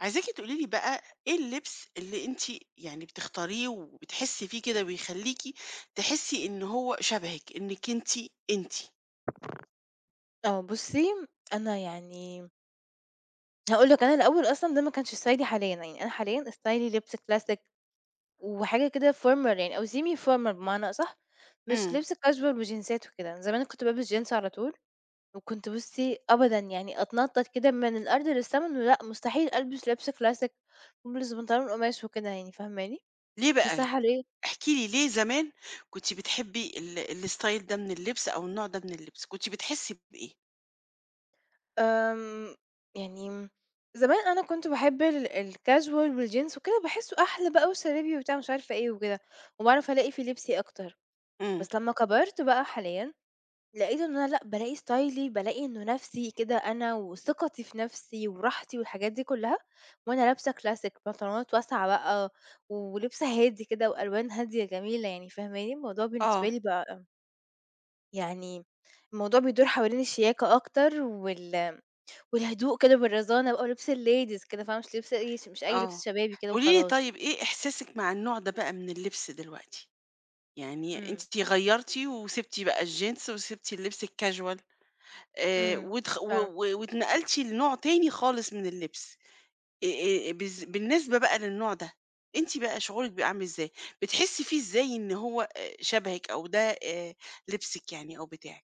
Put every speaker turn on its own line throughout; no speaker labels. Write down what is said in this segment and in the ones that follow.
عايزاكِ تقولي لي بقى إيه اللبس اللي أنتِ يعني بتختاريه وبتحسّي فيه كده بيخلّيكِ تحسّي إن هو شبهِك، إنِّك أنتِ، أنتِ.
آه بُصّي، أنا هاقول لِك. أنا الأول أصلًا ده ما كانش ستايلي حاليًا، يعني أنا حاليًا ستايلي لبس classic وحاجة كده formal يعني أو semi formal بمعنى أصح، مش
إمم.
لبس casual وجينزات وكده. زمان كنت بالبس جينز على طول، وكنت بُصّي أبدًا يعني أتنطط كده من الأرض للسما إنه لأ مستحيل ألبس لبس classic، والبس بنطلون قماش وكده يعني فاهماني؟
ليه بقى؟
بس حاليًا
احكي لي ليه زمان كنتِ بتحبّي الstyle ده من اللبس أو النوع ده من اللبس، كنتِ بتحسّي بإيه؟
آمم، يعني زمان أنا كنت باحب الcasual والجينز وكده، باحسّه أحلى بقى وشبابي وبتاع مش عارفة إيه وكده، وباعرف ألاقي في لبسي أكتر.
إمم.
بس لمّا كبرت بقى حاليًا، لقيت إن أنا لأ، بالاقي ستايلي، بالاقي إنه نَفْسي كده أنا وثقتي في نَفْسي وراحتي والحاجات دي كلّها، وأنا لابسة classic بنطلونات واسعة بقى ولبس هادي كده وألوان هادية جميلة يعني فاهماني؟ الموضوع بالنسبة
آه.
لي بقى يعني الموضوع بيدور حوالين الشياكة أكتر والهدوء كده بالرزانة بقى ولبس الladies كده فاهمة، مش لبس أي مش أي
آه.
لبس شبابي كده
قولي لي
وخلاص.
طيب إيه إحساسِك مع النوع ده بقى من اللبس دلوقتي؟ يعني
إمم،
أنتِ غيّرتِ وسِبتِ بقى الجينز وسِبتِ اللبس الcasual.
إمم،
واتخ و
فعلًا.
و واتنقلتِ لنوع تاني خالص من اللبس، آآ بالز بالنسبة بقى للنوع ده، أنتِ بقى شعورِك بيبقى عامل إزاي؟ بتحسّي فيه إزاي إن هو شبهِك أو ده لبسِك يعني أو بتاعِك؟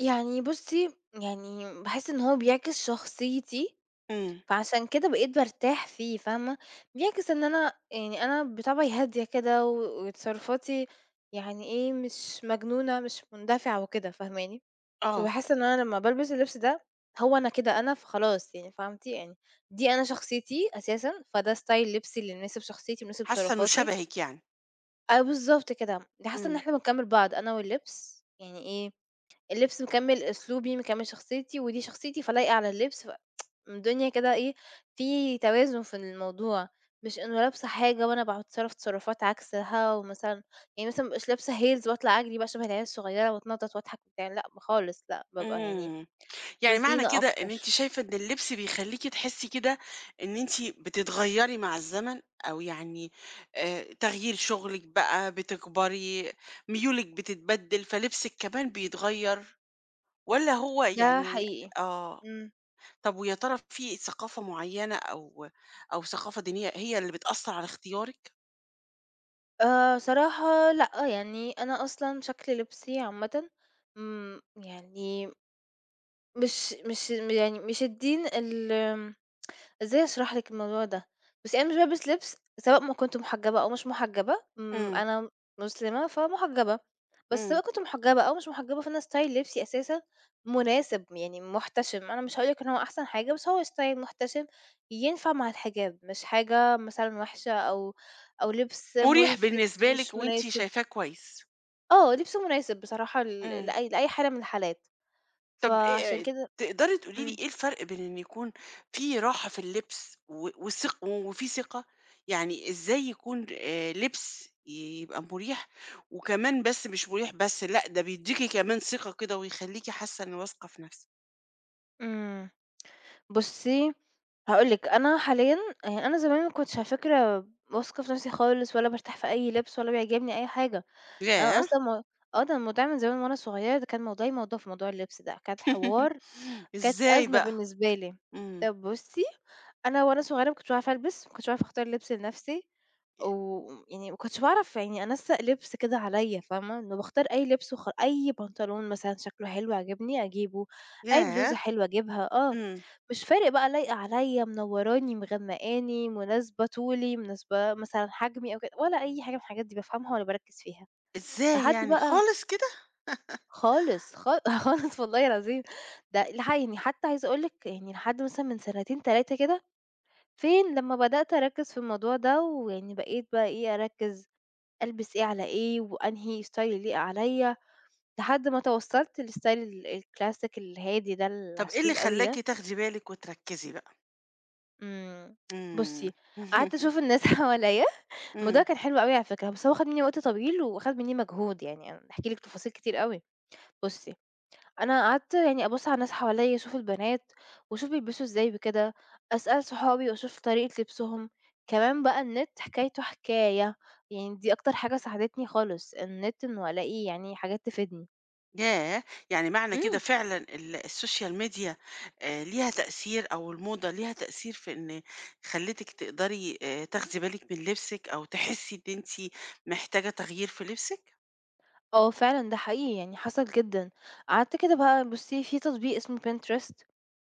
يعني بُصّي، يعني باحس إن هو بيعكس شخصيتي،
إمم،
فعشان كده بقيت بارتاح فيه فاهمة. بيعكس إن أنا يعني أنا بطبعي هادية كده وتصرفاتي يعني إيه، مش مجنونة، مش مندفعة وكده فاهماني؟
آه،
فباحس إن أنا لمّا بالبس اللبس ده، هو أنا كده أنا، فخلاص يعني فهمتِ؟ يعني دي أنا شخصيتي أساسًا، فده ستايل لبسي اللي يناسب شخصيتي، يناسب
حاسة إنه
تصرفاتي.
شبهِك يعني.
آه بالضبط كده، دي حاسة إن
إمم،
إحنا بنكمّل بعض أنا واللبس، يعني إيه، اللبس مكمّل أسلوبي، مكمّل شخصيتي، ودي شخصيتي فلايقة على اللبس، ف الدنيا كده إيه، في توازن في الموضوع، مش إنه لابسة حاجة وأنا باقعد أتصرف تصرفات عكسها، ومثلًا يعني مثلًا ما أبقاش لابسة heels واطلع أجري بقى شبه العيال الصغيرة واتنطط واضحك وبتاع، لأ خالص، لأ بابقى يعني
إمم. يعني معنى
رزينة
كده إن أنتِ
أكتر.
شايفة إن اللبس بيخلّيكِ تحسّي كده إن أنتِ بتتغيّري مع الزمن، أو يعني تغيير شغلِك بقى، بتكبري، ميولِك بتتبدِّل، فلبسِك كمان بيتغيّر، والّا هو
ده
يعني
حقيقي.
آه.
إمم.
طَب ويا ترى في ثقافة معيّنة أو ثقافة دينية هي اللي بتأثّر على اختيارِك؟
صراحة لأ، يعني أنا أصلًا شكل لبسي عامةً، إمم، يعني مش يعني مش الدين ال إزاي أشرح لِك الموضوع ده؟ بُصّي، أنا مش بالبس لبس سواء ما كنت محجبة أو مش محجبة،
إمم،
أنا مسلمة فمحجبة. بس
إمم،
سواء كنت محجبة أو مش محجبة فأنا style لبسي أساسًا مناسب، يعني محتشم. أنا مش هاقول لِك إن هو أحسن حاجة، بس هو style محتشم ينفع مع الحجاب، مش حاجة مثلًا وحشة أو أو لبس
مُريح
مُلفِت
بالنسبة لِك
مش
وأنتِ
مناسب.
شايفاه كويس.
آه، لبس مناسب بصراحة ل
إمم.
لأي لأي حالة من الحالات،
طب
فعشان
إيه
كده
تقدري تقولي لي
إمم،
إيه الفرق بين إن يكون في راحة في اللبس و وثق وفي ثقة؟ يعني إزاي يكون لبس يبقى مُريح وكمان بس مش مُريح بس، لأ ده بيدّيكِ كمان ثقة كده ويخلّيكِ حاسة إن واثقة في نَفْسِك؟
إمم. بُصّي، هاقول لِك، أنا حاليًا يعني أنا زمان ما كنتش على فكرة واثقة في نفسي خالص ولا بارتاح في أي لبس ولا بيعجبني أي حاجة. أنا
ياه!
أصلًا م آه، ده الموضوع من زمان وأنا صغيرة ده كان موضوعي موضوع في موضوع اللبس ده، كانت حوار كانت
إزاي
أزمة
بقى؟
بالنسبة لي.
إمم.
طَب بُصّي، أنا وأنا صغيرة ما كنتش باعرف ألبس، ما كنتش باعرف أختار لبس لنفسي، ويعني ما كنتش باعرف يعني أنسّق لبس كده عليّا فاهمة، إنه باختار أي لبس وخ أي بنطلون مثلًا شكله حلو عاجبني أجيبه، أي
ياه!
بلوزة حلوة أجيبها آه،
إمم.
مش فارق بقى لايقة عليّا، منوّراني، مغمّقاني، مناسبة طولي، مناسبة مثلًا حجمي أو كده، ولا أي حاجة من الحاجات دي بافهمها ولا باركّز فيها.
إزاي
لحد
يعني،
بقى
خالص كده؟
خالص، خا خالص والله العظيم، ده الح يعني حتى عايزة أقول لِك يعني لحد مثلًا من سنتين 3 كده، فين لمّا بدأت أركّز في الموضوع ده، ويعني بقيت بقى إيه أركّز ألبس إيه على إيه، وأنهي style يليق عليَّ، لحد ما توصلت للstyle الclassic الهادي ده اللي على
طب إيه اللي
السول أوي
خلّاكِ
ده.
تاخدي بالِك وتركّزي بقى؟
إمم،
إمم.
بُصّي، قعدت أشوف الناس حواليّا. الموضوع
إمم.
كان حلو أوي على فكرة، بس هو خَد مني وقت طويل، وخَد مني مجهود يعني، أنا هاحكي لِك تفاصيل كتير أوي. بُصّي أنا قعدت يعني أبُص على الناس حواليّا، أشوف البنات وأشوف بيلبسوا إزاي بكده، أسأل صحابي وأشوف طريقة لبسهم. كمان بقى النت حكايته حكاية، يعني دي أكتر حاجة ساعدتني خالص، النت إنه ألاقي يعني حاجات تفيدني.
ياه! يعني معنى كده
إمم.
فعلًا السوشيال ميديا ليها تأثير أو الموضة ليها تأثير في إن خلّتِك تقدري تاخدي بالِك من لبسِك أو تحسّي إن أنتِ محتاجة تغيير في لبسِك؟
آه فعلًا ده حقيقي يعني حصل جدًا. قعدت كده بقى بُصّي في تطبيق اسمه Pinterest.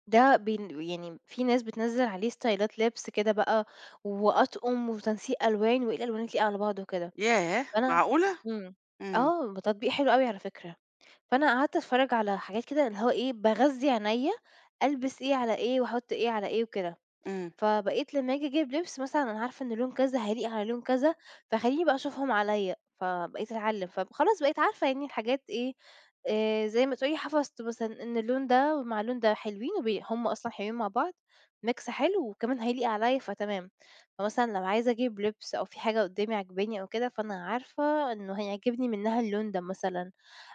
ده بين يعني في ناس بتنزّل عليه ستايلات لبس كده بقى وأطقم وتنسيق ألوان وإيه الألوان اللي تليق على بعض وكده.
ياه!
فأنا
معقولة!
إمم.
إمم.
آه، ب تطبيق حلو أوي على فكرة. فأنا قعدت أتفرّج على حاجات كده اللي هو إيه، باغذّي عينيّا ألبس إيه على إيه وأحُط إيه على إيه وكده.
إمم.
فبقيت لمّا آجي أجيب لبس مثلًا أنا عارفة إن لون كذا هيليق على لون كذا، فخلّيني بقى أشوفهم عليّا، فبقيت أتعلّم. فخلاص بقيت عارفة يعني الحاجات إيه، زي ما تقولي حفظت مثلًا إن اللون ده مع اللون ده حلوين وبي هم أصلًا حلوين مع بعض، mix حلو وكمان هيليق عليّا فتمام. فمثلًا لو عايزة أجيب لبس أو في حاجة قُدّامي عاجباني أو كده، فأنا عارفة إنه هيعجبني منّها اللون ده مثلًا.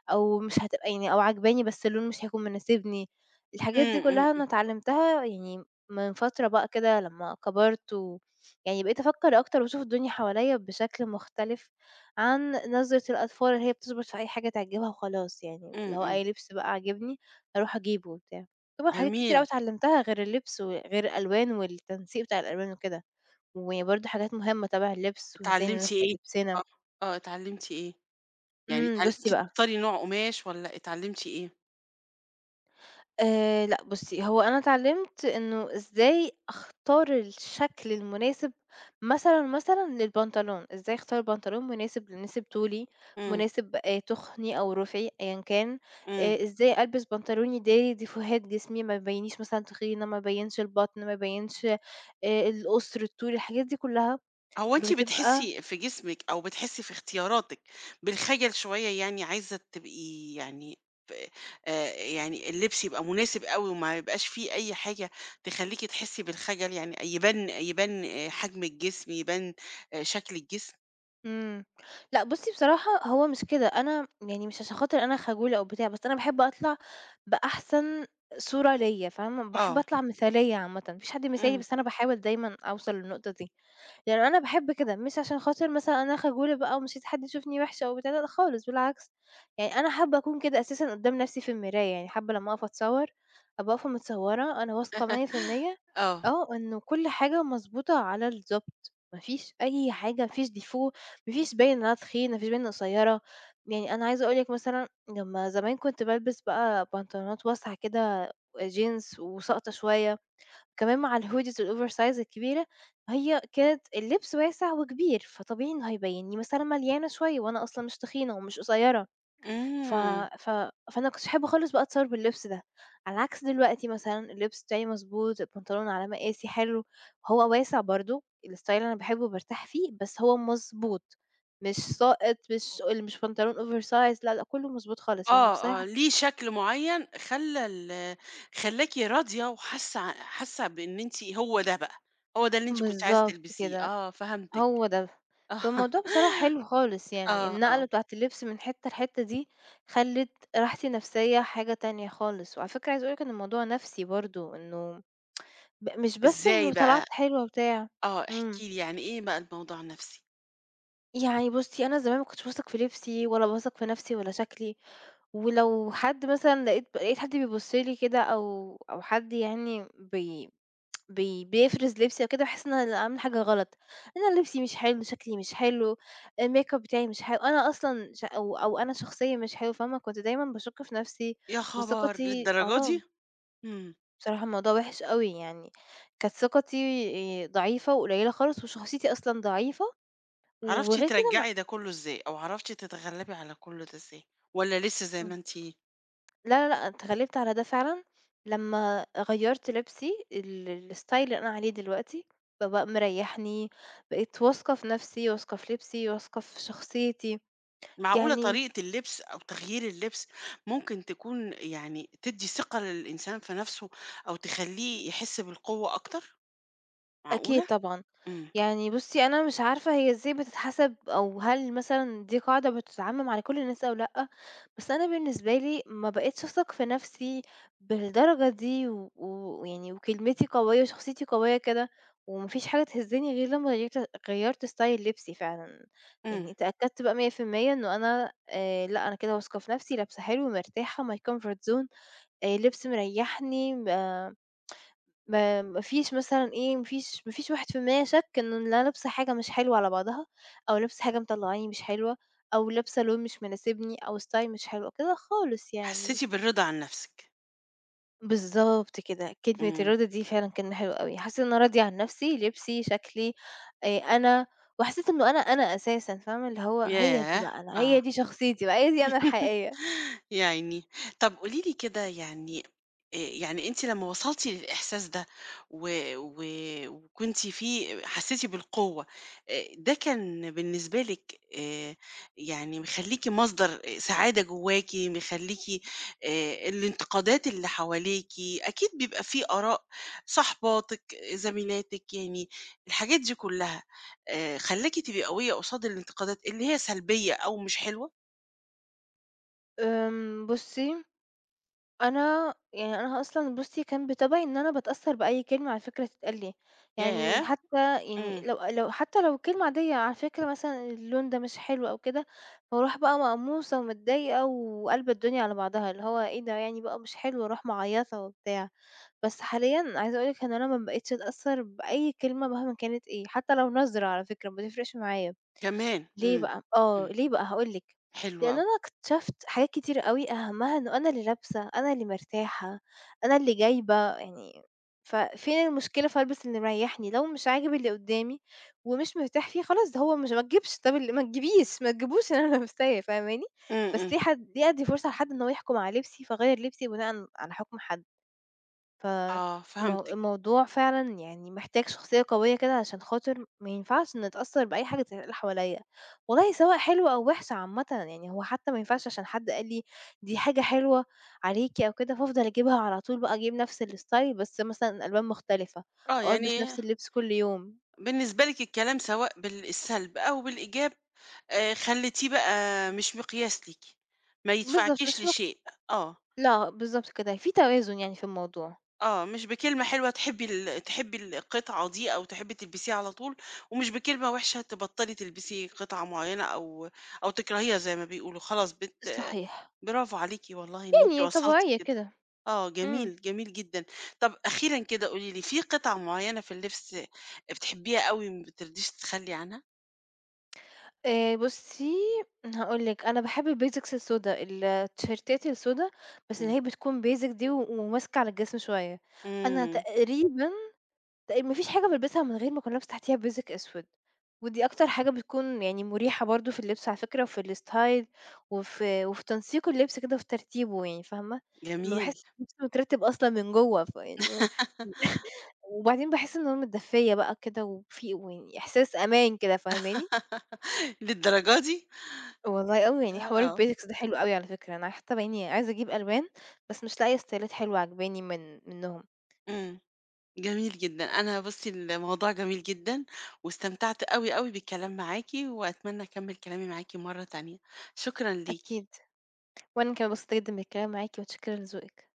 أو مش هتبقى يعني أو عاجباني بس اللون مش هيكون مناسبني. الحاجات دي
إمم. إمم.
كلّها أنا اتعلمتها يعني من فترة بقى كده لمّا كبرت و يعني بقيت أفكّر أكتر وأشوف الدنيا حواليّا بشكل مختلف عن نظرة الأطفال اللي هي بتشبط في أي حاجة تعجبها وخلاص يعني،
إمم.
اللي هو
إمم.
أي لبس بقى عاجبني أروح أجيبه وبتاع. طبعًا حاجات كتير
جميل.
أوي اتعلمتها غير اللبس وغير الألوان والتنسيق بتاع الألوان وكده، وبرضه حاجات مهمة تبع اللبس وإزاي
اتعلمتِ
ننسّق
إيه؟
لبسنا.
آه، آه، اتعلمتِ إيه؟ يعني
إمم، بُصّي
اتعلمتِ
بقى
تختاري نوع قماش والّا اتعلمتِ إيه؟
لأ بُصّي، هو أنا اتعلّمت إنه إزاي أختار الشكل المناسب مثلًا، مثلًا للبنطلون، إزاي أختار بنطلون مناسب طولي،
إمم،
مناسب تخني أو رُفعي أيًا كان،
إمم.
إزاي ألبس بنطلون يداري ديفوهات جسمي ما يبيّنيش مثلًا تخينة، ما يبيّنش البطن، ما يبيّنش القصر، الطول، الحاجات دي كلّها
هو أنتِ
بتبقى
بتحسّي في جسمِك أو بتحسّي في اختياراتِك بالخجل شوية يعني عايزة تبقي يعني ب يعني اللبس يبقى مناسب أوي وما يبقاش فيه أي حاجة تخلّيكِ تحسّي بالخجل يعني يبان حجم الجسم، يبان شكل الجسم؟
إمم. لأ بُصّي بصراحة هو مش كده، أنا يعني مش عشان خاطر أنا خجولة أو بتاع، بس أنا باحب أطلع بأحسن صورة ليّا فاهمة، باحب
آه.
أطلع مثالية عامةً، ما فيش حد مثالي
إمم.
بس أنا باحاول دايمًا أوصل للنقطة دي. يعني أنا باحب كده، مش عشان خاطر مثلًا أنا خجولة بقى ومش عايزة حد يشوفني وِحشة وبتاع، لأ خالص بالعكس، يعني أنا حابة أكون كده أساسًا قدّام نَفْسي في المراية، يعني حابة لمّا أقف أتصوّر أبقى واقفة متصوّرة أنا واثقة 100%.
آه.
آه، إنه كل حاجة مضبوطة على الضبط، ما فيش أي حاجة، ما فيش défaut ما فيش باين إن أنا تخينة، ما فيش باين إني قصيّرة، يعني أنا عايزة أقول لِك مثلًا لمّا زمان كنت بالبس بقى بنطلونات واسعة كده، جينز وساقطة شوية كمان مع الhoodies الoversize الكبيرة، هي كانت اللبس واسع وكبير، فطبيعي إنه هيبينّي مثلًا مليانة شوية وأنا أصلًا مش تخينة ومش قصيرة، ف
إمم.
ف فأنا ما كنتش حابة خالص بقى أتصور باللبس ده، على عكس دلوقتي مثلًا اللبس بتاعي مضبوط، البنطلون على مقاسي حلو، هو واسع برضه الstyle اللي أنا باحبه وبارتاح فيه، بس هو مضبوط، مش ساقط، مش بنطلون oversize لا، لأ، كلّه مضبوط خالص يعني
آه،
بصراحة.
آه. ليه شكل معيّن خلّى ال خلّاكِ راضية وحاسّة ع حاسّة بإن أنتِ هو ده بقى، هو ده اللي أنتِ كنتِ عايزة
بالضبط
تلبسيه.
كده.
آه، فهمتِك.
هو ده.
آه.
فالموضوع بصراحة حلو خالص يعني،
آه،
النقلة
آه.
بتاعة اللبس من حتّة لحتّة دي خلّت راحتي النفسية حاجة تانية خالص، وعلى فكرة عايزة أقول لك إن الموضوع نَفْسي برضه، إنه ب مش بس
إزاي
إنه طلعت
بقى؟
حلوة وبتاع.
آه، احكِ
إمم.
لي يعني إيه بقى الموضوع النفسي؟
يعني بُصّي، أنا زمان ما كنتش باثق في لبسي ولا باثق في نَفْسي ولا شكلي، ولو حد مثلًا لقيت حد بيبُص لي كده أو أو حد يعني بي بي بيفرز لبسي وكده باحس إن أنا عاملة حاجة غلط، أنا لبسي مش حلو، شكلي مش حلو، الmakeup بتاعي مش حلو، أنا أصلًا ش أو أو أنا شخصية مش حلوة، فاهمة؟ كنت دايمًا باشُك في نفسي
يا خبر!
وثقتي
للدرجة
آه،
دي؟ إمم.
بصراحة الموضوع وِحِش أوي يعني، كانت ثقتي ضعيفة وقليلة خالص وشخصيتي أصلًا ضعيفة،
عرفتِ
وغير كده
ترجّعي ده كُلّه إزاي؟ أو عرفتِ تتغلّبي على كل ده إزاي؟ والّا لسه زي
أنا
ما أنتِ؟
لا، لا، لأ، اتغلّبت على ده فعلًا لمّا غيّرت لبسي الstyle اللي أنا عليه دلوقتي، فبقى مريّحني، بقيت واثقة في نَفْسي، واثقة في لبسي، واثقة في شخصيتي،
معقولة
يعني
طريقة اللبس أو تغيير اللبس ممكن تكون يعني تدّي ثقة للإنسان في نَفْسه أو تخلّيه يحس بالقوة أكتر؟
أكيد
معقولة؟
طبعًا.
إمم،
يعني بُصّي، أنا مش عارفة هي إزاي بتتحسب أو هل مثلًا دي قاعدة بتتعمم على كل الناس أو لأ، بس أنا بالنسبة لي ما بقيتش أثق في نَفْسي بالدرجة دي ويعني وكلمتي قوية وشخصيتي قوية كده وما فيش حاجة تهزّني غير لمّا غيّرت style لبسي فعلًا.
إمم.
يعني اتأكدت بقى 100% إنه أنا لأ، أنا كده واثقة في نَفْسي، لابسة حلو، مرتاحة، my comfort zone لبس مريّحني ب ما ما فيش مثلًا إيه، ما فيش 1% شَك إن أنا لابسة حاجة مش حلوة على بعضها، أو لابسة حاجة مطلّعاني مش حلوة، أو لابسة لون مش مناسبني، أو style مش حلو، كده خالص يعني.
حسّيتِ بالرضا عن نَفْسِك.
بالضبط كده، كلمة
إمم.
الرضا دي فعلًا كلمة حلوة أوي، حسيت إن أنا راضية عن نَفْسي، لبسي، شكلي، أنا وحسيت إنه أنا أساسًا، فاهمة؟ اللي هو هي دي
ياه!
بقى أنا،
آه.
هي دي شخصيتي بقى، هي دي أنا الحقيقية.
يا عيني. طب قولي لي كده يعني يعني أنتِ لمّا وصلتِ للإحساس ده و و وكنتِ فيه حسيتِ بالقوة، ده كان بالنسبة لِك يعني مخلّيكِ مصدر سعادة جواكِ، مخلّيكِ الانتقادات اللي حواليكِ أكيد بيبقى في آراء صاحباتِك، زميلاتِك، يعني الحاجات دي كلّها، خلّاكِ تبقي قوية قصاد الانتقادات اللي هي سلبية أو مش حلوة؟
بُصّي أنا يعني أنا أصلًا بُصّي كان بطبعي إن أنا باتأثّر بأي كلمة على فكرة تتقال لي، يعني
ياه!
حتى يعني
إمم،
لو حتى لو كلمة عادية على فكرة مثلًا اللون ده مش حلو أو كده، باروح بقى مقموصة ومتضايقة وقالبة الدنيا على بعضها، اللي هو إيه ده يعني بقى مش حلو وأروح معيّطة وبتاع، بس حاليًا عايزة أقول لِك إن أنا ما بقيتش أتأثّر بأي كلمة مهما كانت إيه، حتى لو نظرة على فكرة ما تفرقش معايا.
كمان!
ليه
إمم،
بقى؟ آه،
إمم،
ليه بقى هاقول لِك،
حلو
لإن
أوي،
أنا اكتشفت حاجات كتيرة أوي أهمها إنه أنا اللي لابسة، أنا اللي مرتاحة، أنا اللي جايبة يعني ففين المشكلة في ألبس اللي مريحني؟ لو مش عاجب اللي قدامي ومش مرتاح فيه خلاص ده هو مش ما تجيبش طب ال ما تجيبيش، ما تجيبوش اللي أنا لابساه فاهماني؟
إمم،
بس
إمم،
ليه أدّي فرصة لحد إن هو يحكم على لبسي، فاغيّر لبسي بناءً على حكم حد.
آه
فالمو
فهمتِك،
الموضوع فعلًا يعني محتاج شخصية قوية كده عشان خاطر ما ينفعش نتأثّر بأي حاجة تتقال اللي حواليّا، والله سواء حلوة أو وِحشة عامةً، يعني هو حتى ما ينفعش عشان حد قال لي دي حاجة حلوة عليكِ أو كده فافضل أجيبها على طول بقى أجيب نفس الstyle بس مثلًا ألوان مختلفة
آه
أو ألبس
يعني
نفس اللبس كل يوم،
بالنسبة لِك الكلام سواء بالسلب أو بالإيجاب، خلّيتيه بقى مش مقياس ليكِ، ما
بالضبط
يدفعكيش
مش مق
لشيء، آه،
لأ بالضبط كده، في توازن يعني في الموضوع.
آه، مش بكلمة حلوة تحبي القطعة دي أو تحبي تلبسيها على طول، ومش بكلمة وحشة تبطّلي تلبسي قطعة معينة أو تكرهيها زي ما بيقولوا، خلاص
صحيح،
برافو عليكِ والله إن أنتِ
يعني
وصلتِ
طبيعية
كده.
كده،
آه،
إمم.
جميل، جميل جدًا. طب أخيرًا كده قولي لي، في قطعة معيّنة في اللبس بتحبيها أوي ما بترضيش تتخلّي عنها؟
بُصّي، هاقول لِك، أنا باحب الBasics السودا، التيشيرتات السودا، بس اللي
إمم.
هي بتكون basic دي وماسكة على الجسم شوية. أنا
إمم،
تقريبًا تق ما فيش حاجة بالبسها من غير ما يكون لابسة تحتيها Basic أسود، ودي أكتر حاجة بتكون يعني مُريحة برضه في اللبس على فكرة وفي الstyle وفي تنسيق اللبس كده وفي ترتيبه يعني فاهمة؟ أمّا
جميل.
باحس اللبس مترتب أصلًا من جوّه فإنه وبعدين باحس إن أنا متدفية بقى كده وفي ويعني إحساس أمان كده فاهماني؟
للدرجة دي!
والله أوي، يعني حوار
آه.
البيزكس ده حلو أوي على فكرة، أنا حتى يعني عايزة أجيب ألوان، بس مش لاقية ستايلات حلوة عاجباني من منّهم.
إمم، جميل جدًا. أنا بُصّي الموضوع جميل جدًا، واستمتعت أوي، أوي بالكلام معاكِ، وأتمنى أكمّل كلامي معاكِ مرّة تانية. شكرًا ليكِ.
أكيد، وأنا كمان انبسطت جدًا بالكلام معاكِ، متشكرة لذوقِك.